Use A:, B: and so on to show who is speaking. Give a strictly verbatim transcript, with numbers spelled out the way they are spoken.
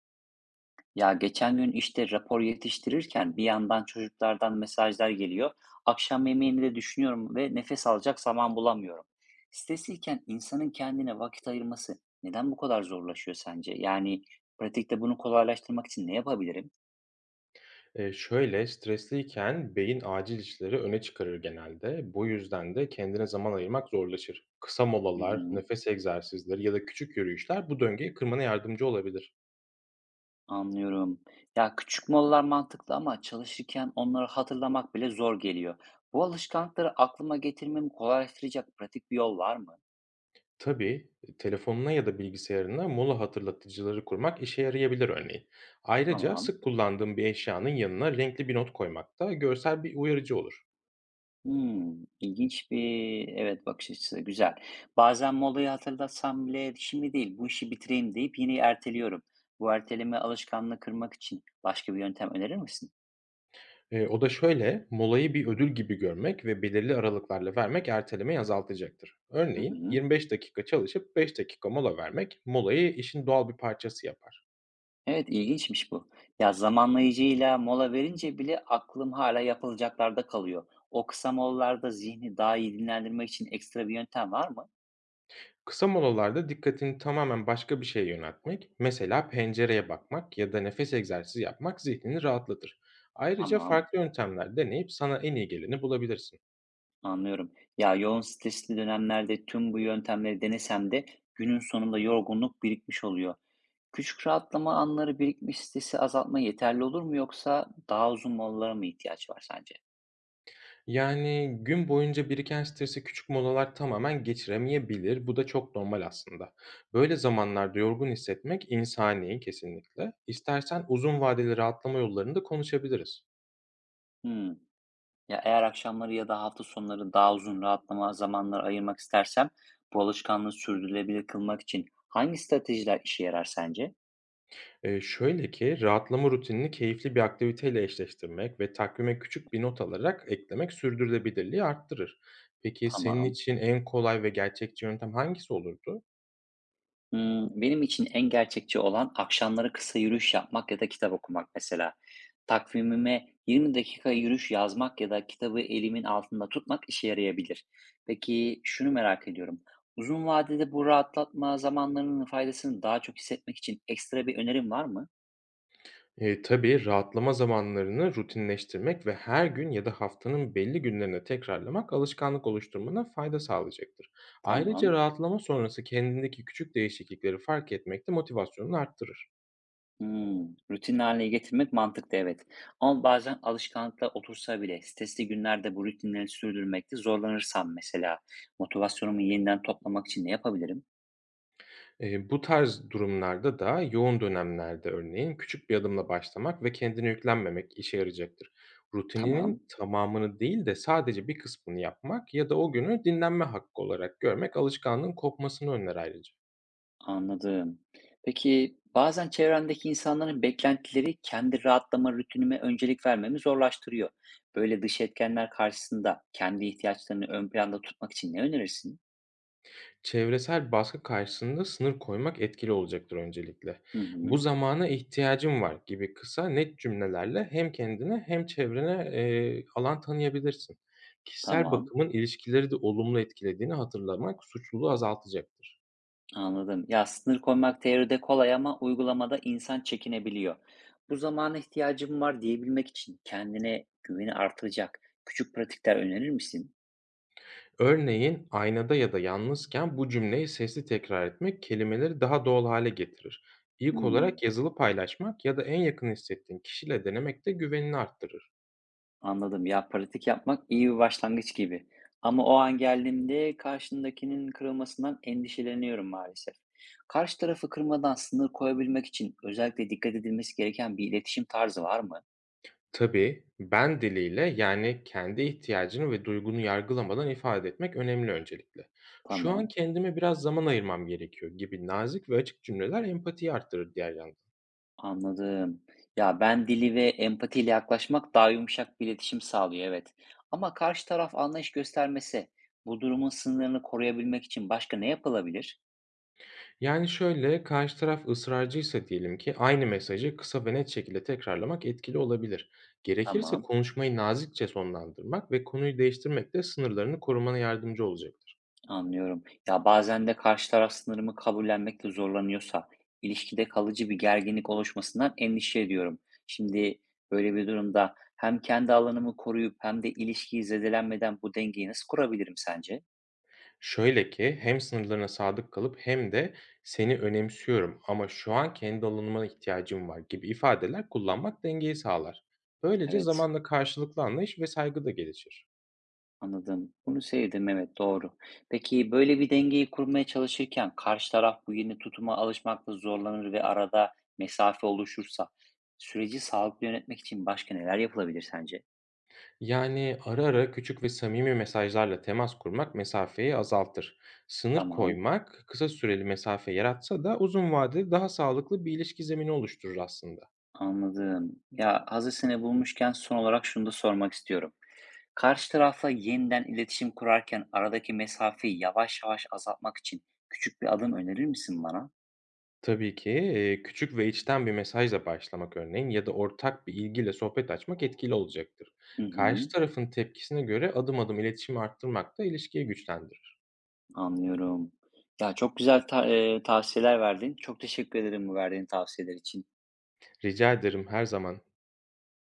A: Ya geçen gün işte rapor yetiştirirken bir yandan çocuklardan mesajlar geliyor. Akşam yemeğini de düşünüyorum ve nefes alacak zaman bulamıyorum. Stresliyken insanın kendine vakit ayırması neden bu kadar zorlaşıyor sence? Yani pratikte bunu kolaylaştırmak için ne yapabilirim?
B: Eee, şöyle, stresliyken beyin acil işleri öne çıkarır genelde. Bu yüzden de kendine zaman ayırmak zorlaşır. Kısa
A: Hı
B: molalar,
A: hı,
B: nefes egzersizleri ya da küçük yürüyüşler bu döngüyü kırmana yardımcı olabilir.
A: anlıyorum. Ya küçük molalar mantıklı ama çalışırken onları hatırlamak bile zor geliyor. Bu alışkanlıkları aklıma getirmemi kolaylaştıracak pratik bir yol var mı?
B: Tabii, e, telefonuna ya da bilgisayarına mola hatırlatıcıları kurmak işe yarayabilir örneğin. Ayrıca
A: Tamam.
B: sık kullandığın bir eşyanın yanına renkli bir not koymak da görsel bir uyarıcı olur.
A: Hımm, ilginç bir, evet, bakış açısı, güzel. Bazen molayı hatırlatsam bile şimdi değil, bu işi bitireyim deyip yine erteliyorum. Bu erteleme alışkanlığı kırmak için başka bir yöntem önerir misin?
B: Eee, o da şöyle, molayı bir ödül gibi görmek ve belirli aralıklarla vermek ertelemeyi azaltacaktır.
A: Hı
B: Örneğin
A: hı.
B: yirmi beş dakika çalışıp beş dakika mola vermek molayı işin doğal bir parçası yapar.
A: Evet, ilginçmiş bu. Ya, zamanlayıcıyla mola verince bile aklım hala yapılacaklarda kalıyor. O kısa molalarda zihni daha iyi dinlendirmek için ekstra bir yöntem var mı?
B: Kısa molalarda dikkatini tamamen başka bir şeye yöneltmek, mesela pencereye bakmak ya da nefes egzersizi yapmak zihnini rahatlatır. Ayrıca
A: Tamam,
B: farklı yöntemler deneyip sana en iyi geleni bulabilirsin.
A: anlıyorum. Ya, yoğun stresli dönemlerde tüm bu yöntemleri denesem de günün sonunda yorgunluk birikmiş oluyor. Küçük rahatlama anları birikmiş stresi azaltma yeterli olur mu yoksa daha uzun molalara mı ihtiyaç var sence?
B: Yani gün boyunca biriken stresi küçük molalar tamamen geçiremeyebilir. Bu da çok normal aslında. Böyle zamanlarda yorgun hissetmek insani kesinlikle. İstersen uzun vadeli rahatlama yollarını da konuşabiliriz.
A: Hmm. Ya eğer akşamları ya da hafta sonları daha uzun rahatlama zamanları ayırmak istersem bu alışkanlığı sürdürülebilir kılmak için hangi stratejiler işe yarar sence?
B: Ee, şöyle ki rahatlama rutinini keyifli bir aktiviteyle eşleştirmek ve takvime küçük bir not alarak eklemek sürdürülebilirliği arttırır. Peki senin
A: Tamam.
B: için en kolay ve gerçekçi yöntem hangisi olurdu?
A: Imm, benim için en gerçekçi olan akşamları kısa yürüyüş yapmak ya da kitap okumak mesela. Takvimime yirmi dakika yürüyüş yazmak ya da kitabı elimin altında tutmak işe yarayabilir. Peki şunu merak ediyorum. Uzun vadede bu rahatlatma zamanlarının faydasını daha çok hissetmek için ekstra bir önerim var mı?
B: Eee, tabii, rahatlama zamanlarını rutinleştirmek ve her gün ya da haftanın belli günlerine tekrarlamak alışkanlık oluşturmana fayda sağlayacaktır. Ayrıca
A: Tamam.
B: rahatlama sonrası kendindeki küçük değişiklikleri fark etmek de motivasyonunu arttırır.
A: Hımm, rutin hâline getirmek mantıklı, evet. Ama bazen alışkanlıkla otursa bile stresli günlerde bu rutinleri sürdürmekte zorlanırsam mesela motivasyonumu yeniden toplamak için ne yapabilirim?
B: Eee, bu tarz durumlarda da yoğun dönemlerde örneğin küçük bir adımla başlamak ve kendine yüklenmemek işe yarayacaktır.
A: Tamam,
B: Rutininin tamamını değil de sadece bir kısmını yapmak ya da o günü dinlenme hakkı olarak görmek alışkanlığın kopmasını önler ayrıca.
A: anladım. Peki bazen çevremdeki insanların beklentileri kendi rahatlama rutinime öncelik vermemi zorlaştırıyor. Böyle dış etkenler karşısında kendi ihtiyaçlarını ön planda tutmak için ne önerirsin?
B: Çevresel baskı karşısında sınır koymak etkili olacaktır öncelikle.
A: Hı
B: "Bu
A: hı,
B: zamana ihtiyacım var." gibi kısa, net cümlelerle hem kendine hem çevrene, eee, alan tanıyabilirsin. Kişisel
A: tamam,
B: bakımın ilişkileri de olumlu etkilediğini hatırlamak suçluluğu azaltacaktır.
A: anladım. Ya sınır koymak teoride kolay ama uygulamada insan çekinebiliyor. Bu zamana ihtiyacım var diyebilmek için kendine güveni artıracak küçük pratikler önerir misin?
B: Örneğin, aynada ya da yalnızken bu cümleyi sesli tekrar etmek kelimeleri daha doğal hale getirir. İlk
A: Hmm.
B: olarak yazılı paylaşmak ya da en yakın hissettiğin kişiyle denemek de güvenini arttırır.
A: Anladım. Ya, pratik yapmak iyi bir başlangıç gibi. Ama o an geldiğimde karşımdakinin kırılmasından endişeleniyorum maalesef. Karşı tarafı kırmadan sınır koyabilmek için özellikle dikkat edilmesi gereken bir iletişim tarzı var mı?
B: Tabii, ben diliyle, yani, kendi ihtiyacını ve duygunu yargılamadan ifade etmek önemli öncelikle. "Şu an
A: Tamam,
B: kendime biraz zaman ayırmam gerekiyor." gibi nazik ve açık cümleler empatiyi arttırır diğer yandan.
A: anladım. Ya ben dili ve empatiyle yaklaşmak daha yumuşak bir iletişim sağlıyor, evet. Ama karşı taraf anlayış göstermese bu durumun sınırlarını koruyabilmek için başka ne yapılabilir?
B: Yani, şöyle, karşı taraf ısrarcıysa diyelim ki aynı mesajı kısa ve net şekilde tekrarlamak etkili olabilir. Gerekirse
A: Tamam.
B: konuşmayı nazikçe sonlandırmak ve konuyu değiştirmek de sınırlarını korumana yardımcı olacaktır.
A: Anlıyorum. Ya bazen de karşı taraf sınırımı kabullenmekte zorlanıyorsa, ilişkide kalıcı bir gerginlik oluşmasından endişe ediyorum. Şimdi böyle bir durumda hem kendi alanımı koruyup hem de ilişkiyi zedelenmeden bu dengeyi nasıl kurabilirim sence?
B: Şöyle ki, hem sınırlarına sadık kalıp hem de "Seni önemsiyorum ama şu an kendi alanıma ihtiyacım var." gibi ifadeler kullanmak dengeyi sağlar. Böylece
A: Evet,
B: zamanla karşılıklı anlayış ve saygı da gelişir.
A: anladım. Bunu sevdim, evet doğru. Peki böyle bir dengeyi kurmaya çalışırken karşı taraf bu yeni tutuma alışmakta zorlanır ve arada mesafe oluşursa süreci sağlıklı yönetmek için başka neler yapılabilir sence?
B: Yani ara ara küçük ve samimi mesajlarla temas kurmak mesafeyi azaltır. Sınır
A: Tamam.
B: koymak kısa süreli mesafe yaratsa da uzun vadede daha sağlıklı bir ilişki zemini oluşturur aslında.
A: Anladım. Ya hazır seni bulmuşken son olarak şunu da sormak istiyorum. Karşı tarafla yeniden iletişim kurarken aradaki mesafeyi yavaş yavaş azaltmak için küçük bir adım önerir misin bana?
B: Tabii ki, eee, küçük ve içten bir mesajla başlamak örneğin ya da ortak bir ilgiyle sohbet açmak etkili olacaktır.
A: Hı hı,
B: Karşı tarafın tepkisine göre adım adım iletişimi arttırmak da ilişkiyi güçlendirir.
A: anlıyorum. Ya çok güzel ta- e, tavsiyeler verdin. Çok teşekkür ederim bu verdiğin tavsiyeler için.
B: Rica ederim, her zaman.